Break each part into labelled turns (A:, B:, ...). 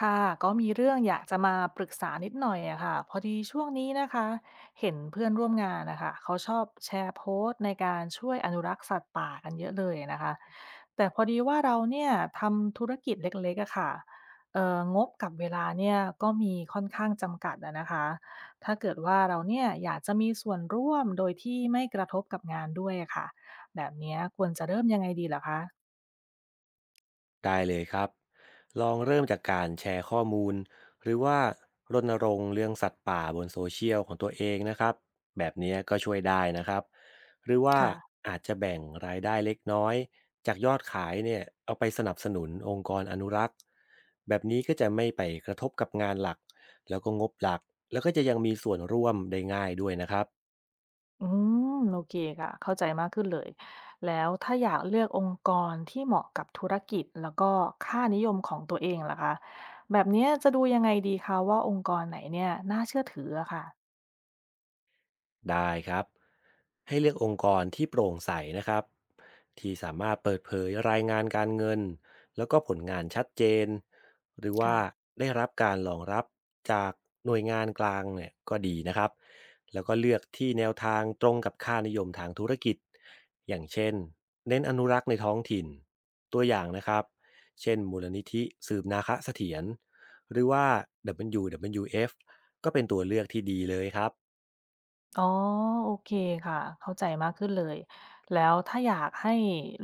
A: ค่ะก็มีเรื่องอยากจะมาปรึกษานิดหน่อยอะค่ะพอดีช่วงนี้นะคะเห็นเพื่อนร่วมงานนะคะเขาชอบแชร์โพสต์ในการช่วยอนุรักษ์สัตว์ป่ากันเยอะเลยนะคะแต่พอดีว่าเราเนี่ยทำธุรกิจเล็กๆอะค่ะงบกับเวลาเนี่ยก็มีค่อนข้างจำกัดอะนะคะถ้าเกิดว่าเราเนี่ยอยากจะมีส่วนร่วมโดยที่ไม่กระทบกับงานด้วยอะค่ะแบบเนี้ยควรจะเริ่มยังไงดีเหรอคะ
B: ได้เลยครับลองเริ่มจากการแชร์ข้อมูลหรือว่ารณรงค์เรื่องสัตว์ป่าบนโซเชียลของตัวเองนะครับแบบนี้ก็ช่วยได้นะครับหรือว่า
A: ค่ะ
B: อาจจะแบ่งรายได้เล็กน้อยจากยอดขายเนี่ยเอาไปสนับสนุนองค์กรอนุรักษ์แบบนี้ก็จะไม่ไปกระทบกับงานหลักแล้วก็งบหลักแล้วก็จะยังมีส่วนร่วมได้ง่ายด้วยนะครับ
A: อืมโอเคค่ะเข้าใจมากขึ้นเลยแล้วถ้าอยากเลือกองค์กรที่เหมาะกับธุรกิจแล้วก็ค่านิยมของตัวเองล่ะคะแบบเนี้ยจะดูยังไงดีคะว่าองค์กรไหนเนี่ยน่าเชื่อถืออะค่ะ
B: ได้ครับให้เลือกองค์กรที่โปร่งใสนะครับที่สามารถเปิดเผยรายงานการเงินแล้วก็ผลงานชัดเจนหรือว่า
A: ค่ะ
B: ได้รับการรองรับจากหน่วยงานกลางเนี่ยก็ดีนะครับแล้วก็เลือกที่แนวทางตรงกับค่านิยมทางธุรกิจอย่างเช่นเน้นอนุรักษ์ในท้องถิ่นตัวอย่างนะครับเช่นมูลนิธิสืบนาคะเสถียรหรือว่า WWF ก็เป็นตัวเลือกที่ดีเลยครับ
A: อ๋อโอเคค่ะเข้าใจมากขึ้นเลยแล้วถ้าอยากให้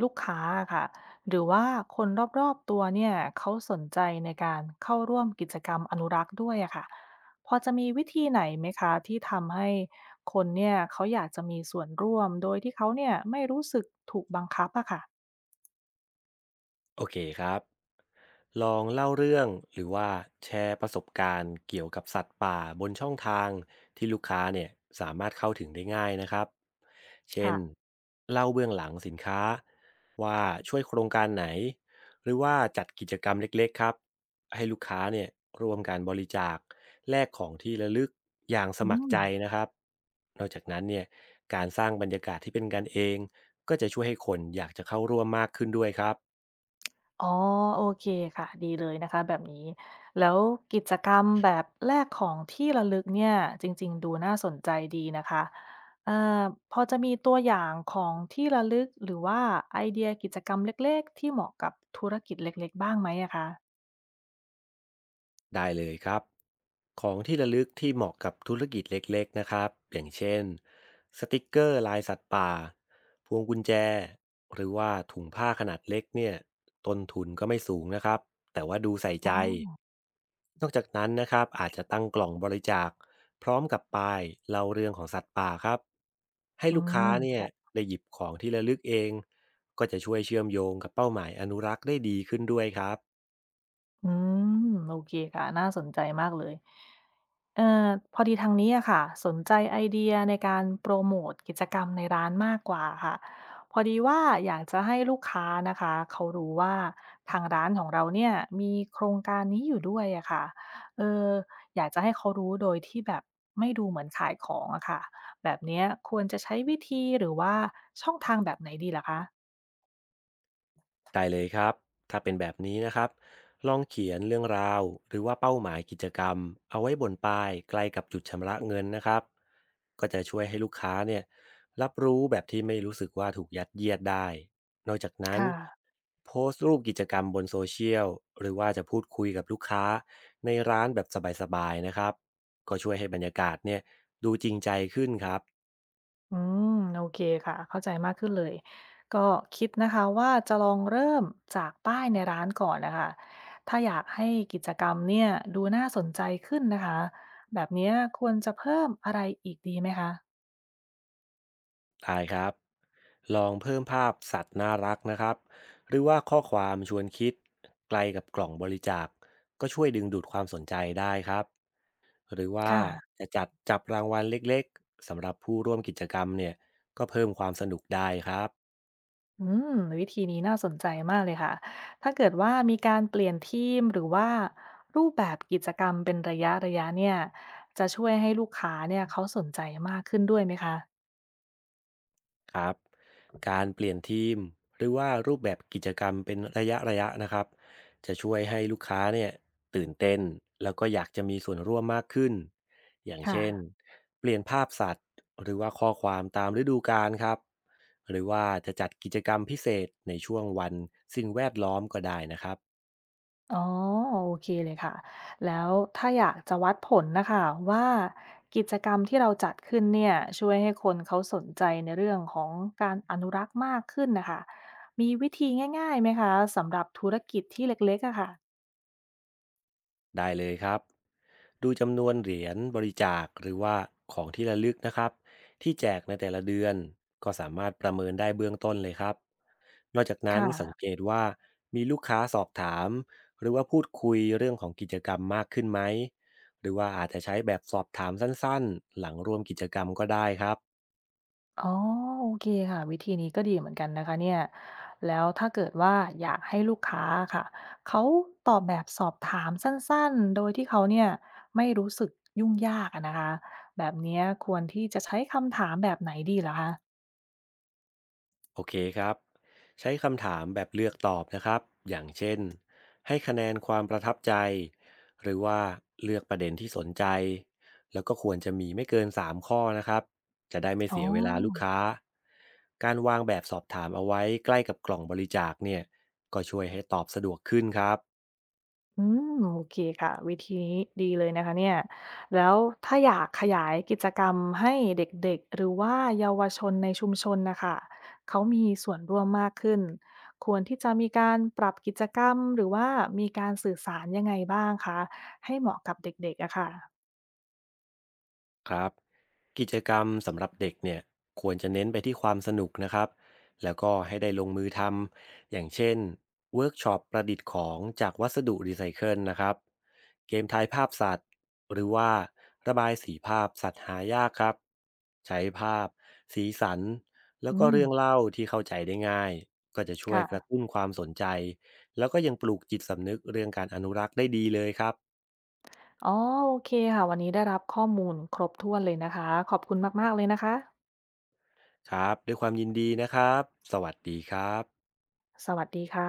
A: ลูกค้าค่ะหรือว่าคนรอบๆตัวเนี่ยเขาสนใจในการเข้าร่วมกิจกรรมอนุรักษ์ด้วยอะค่ะพอจะมีวิธีไหนไหมคะที่ทำให้คนเนี่ยเขาอยากจะมีส่วนร่วมโดยที่เขาเนี่ยไม่รู้สึกถูกบังคับอะค่ะ
B: โอเคครับ ลองเล่าเรื่องหรือว่าแชร์ประสบการณ์เกี่ยวกับสัตว์ป่าบนช่องทางที่ลูกค้าเนี่ยสามารถเข้าถึงได้ง่ายนะครับเช่น
A: ค่ะ
B: เล่าเบื้องหลังสินค้าว่าช่วยโครงการไหนหรือว่าจัดกิจกรรมเล็กๆครับให้ลูกค้าเนี่ยร่วมการบริจาคแลกของที่ระลึกอย่างส
A: อื
B: มัคร
A: ม
B: ใจนะครับนอกจากนั้นเนี่ยการสร้างบรรยากาศที่เป็นกันเองก็จะช่วยให้คนอยากจะเข้าร่วมมากขึ้นด้วยครับ
A: อ๋อโอเคค่ะดีเลยนะคะแบบนี้แล้วกิจกรรมแบบแลกของที่ระลึกเนี่ยจริงๆดูน่าสนใจดีนะคะเอ่อพอจะมีตัวอย่างของที่ระลึกหรือว่าไอเดียกิจกรรมเล็กๆที่เหมาะกับธุรกิจเล็กๆบ้างไหมอะคะ
B: ได้เลยครับของที่ระลึกที่เหมาะกับธุรกิจเล็กๆนะครับอย่างเช่นสติกเกอร์ลายสัตว์ป่าพวงกุญแจหรือว่าถุงผ้าขนาดเล็กเนี่ยต้นทุนก็ไม่สูงนะครับแต่ว่าดูใส่ใจ
A: อ๋อ
B: นอกจากนั้นนะครับอาจจะตั้งกล่องบริจาคพร้อมกับป้ายเล่าเรื่องของสัตว์ป่าครับให้
A: อื
B: ลูกค้า
A: ม
B: เนี่ยได้หยิบของที่ระลึกเองก็จะช่วยเชื่อมโยงกับเป้าหมายอนุรักษ์ได้ดีขึ้นด้วยครับ
A: อืมโอเคค่ะน่าสนใจมากเลยเอ่อพอดีทางนี้อะค่ะสนใจไอเดียในการโปรโมทกิจกรรมในร้านมากกว่าค่ะพอดีว่าอยากจะให้ลูกค้านะคะเขารู้ว่าทางร้านของเราเนี่ยมีโครงการนี้อยู่ด้วยอะค่ะเอออยากจะให้เขารู้โดยที่แบบไม่ดูเหมือนขายของอะค่ะแบบเนี้ยควรจะใช้วิธีหรือว่าช่องทางแบบไหนดีล่ะคะ
B: ได้เลยครับ ถ้าเป็นแบบนี้นะครับ ลองเขียนเรื่องราวหรือว่าเป้าหมายกิจกรรมเอาไว้บนป้ายใกล้กับจุดชำระเงินนะครับ ก็จะช่วยให้ลูกค้าเนี่ยรับรู้แบบที่ไม่รู้สึกว่าถูกยัดเยียดได้นอกจากนั้น
A: ค่ะ
B: โพสต์รูปกิจกรรมบนโซเชียลหรือว่าจะพูดคุยกับลูกค้าในร้านแบบสบายๆนะครับก็ช่วยให้บรรยากาศเนี่ยดูจริงใจขึ้นครับ
A: อืมโอเคค่ะเข้าใจมากขึ้นเลยก็คิดนะคะว่าจะลองเริ่มจากป้ายในร้านก่อนนะคะถ้าอยากให้กิจกรรมเนี่ยดูน่าสนใจขึ้นนะคะแบบเนี้ยควรจะเพิ่มอะไรอีกดีไหมคะ
B: ได้ครับ ลองเพิ่มภาพสัตว์น่ารักนะครับหรือว่าข้อความชวนคิดไกลกับกล่องบริจาคก็ช่วยดึงดูดความสนใจได้ครับหรือว่า
A: ค่ะ
B: จะจัดจับรางวัลเล็กๆสำหรับผู้ร่วมกิจกรรมเนี่ยก็เพิ่มความสนุกได้ครับ
A: อืมวิธีนี้น่าสนใจมากเลยค่ะถ้าเกิดว่ามีการเปลี่ยนทีมหรือว่ารูปแบบกิจกรรมเป็นระยะระยะเนี่ยจะช่วยให้ลูกค้าเนี่ยเขาสนใจมากขึ้นด้วยไหมคะ
B: ครับการเปลี่ยนทีมหรือว่ารูปแบบกิจกรรมเป็นระยะระยะนะครับจะช่วยให้ลูกค้าเนี่ยตื่นเต้นแล้วก็อยากจะมีส่วนร่วมมากขึ้นอย่าง
A: ค่ะ
B: เช่นเปลี่ยนภาพสัตว์หรือว่าข้อความตามฤดูกาลครับหรือว่าจะจัดกิจกรรมพิเศษในช่วงวันสิ่งแวดล้อมก็ได้นะครับ
A: อ๋อโอเคเลยค่ะแล้วถ้าอยากจะวัดผลนะคะว่ากิจกรรมที่เราจัดขึ้นเนี่ยช่วยให้คนเขาสนใจในเรื่องของการอนุรักษ์มากขึ้นนะคะมีวิธีง่ายๆไหมคะสำหรับธุรกิจที่เล็กๆอะค่ะ
B: ได้เลยครับดูจำนวนเหรียญบริจาคหรือว่าของที่ระลึกนะครับที่แจกในแต่ละเดือนก็สามารถประเมินได้เบื้องต้นเลยครับนอกจาก
A: ค
B: นั้นสังเก
A: ่ะ
B: ตว่ามีลูกค้าสอบถามหรือว่าพูดคุยเรื่องของกิจกรรมมากขึ้นไหมหรือว่าอาจจะใช้แบบสอบถามสั้นๆหลังร่วมกิจกรรมก็ได้ครับ
A: อ๋อโอเคค่ะวิธีนี้ก็ดีเหมือนกันนะคะเนี่ยแล้วถ้าเกิดว่าอยากให้ลูกค้าค่ะเขาตอบแบบสอบถามสั้นๆโดยที่เขาเนี่ยไม่รู้สึกยุ่งยากอะนะคะแบบเนี้ยควรที่จะใช้คำถามแบบไหนดีเหรอคะ
B: โอเคครับใช้คำถามแบบเลือกตอบนะครับอย่างเช่นให้คะแนนความประทับใจหรือว่าเลือกประเด็นที่สนใจแล้วก็ควรจะมีไม่เกิน3ข้อนะครับจะได้ไม่
A: อ๋
B: เสียเวลาลูก
A: อ
B: ค้าการวางแบบสอบถามเอาไว้ใกล้กับกล่องบริจาคเนี่ยก็ช่วยให้ตอบสะดวกขึ้นครับ
A: อืมโอเคค่ะวิธีนี้ดีเลยนะคะเนี่ยแล้วถ้าอยากขยายกิจกรรมให้เด็กๆหรือว่าเยาวชนในชุมชนนะคะเขามีส่วนร่วมมากขึ้นควรที่จะมีการปรับกิจกรรมหรือว่ามีการสื่อสารยังไงบ้างคะให้เหมาะกับเด็กๆอะค่ะ
B: ครับ กิจกรรมสำหรับเด็กเนี่ยควรจะเน้นไปที่ความสนุกนะครับแล้วก็ให้ได้ลงมือทำอย่างเช่นเวิร์กช็อปประดิษฐ์ของจากวัสดุรีไซเคิลนะครับเกมทายภาพสัตว์หรือว่าระบายสีภาพสัตว์หายากครับใช้ภาพสีสันแล้ว
A: อื
B: ก็
A: ม
B: เรื่องเล่าที่เข้าใจได้ง่ายก็จะช่วยกระ
A: ค่ะ
B: ตุ้นความสนใจแล้วก็ยังปลูกจิตสำนึกเรื่องการอนุรักษ์ได้ดีเลยครับ
A: อ๋อโอเคค่ะวันนี้ได้รับข้อมูลครบถ้วนเลยนะคะขอบคุณมากๆเลยนะคะ
B: ครับด้วยความยินดีนะครับสวัสดีครับ
A: สวัสดีค่ะ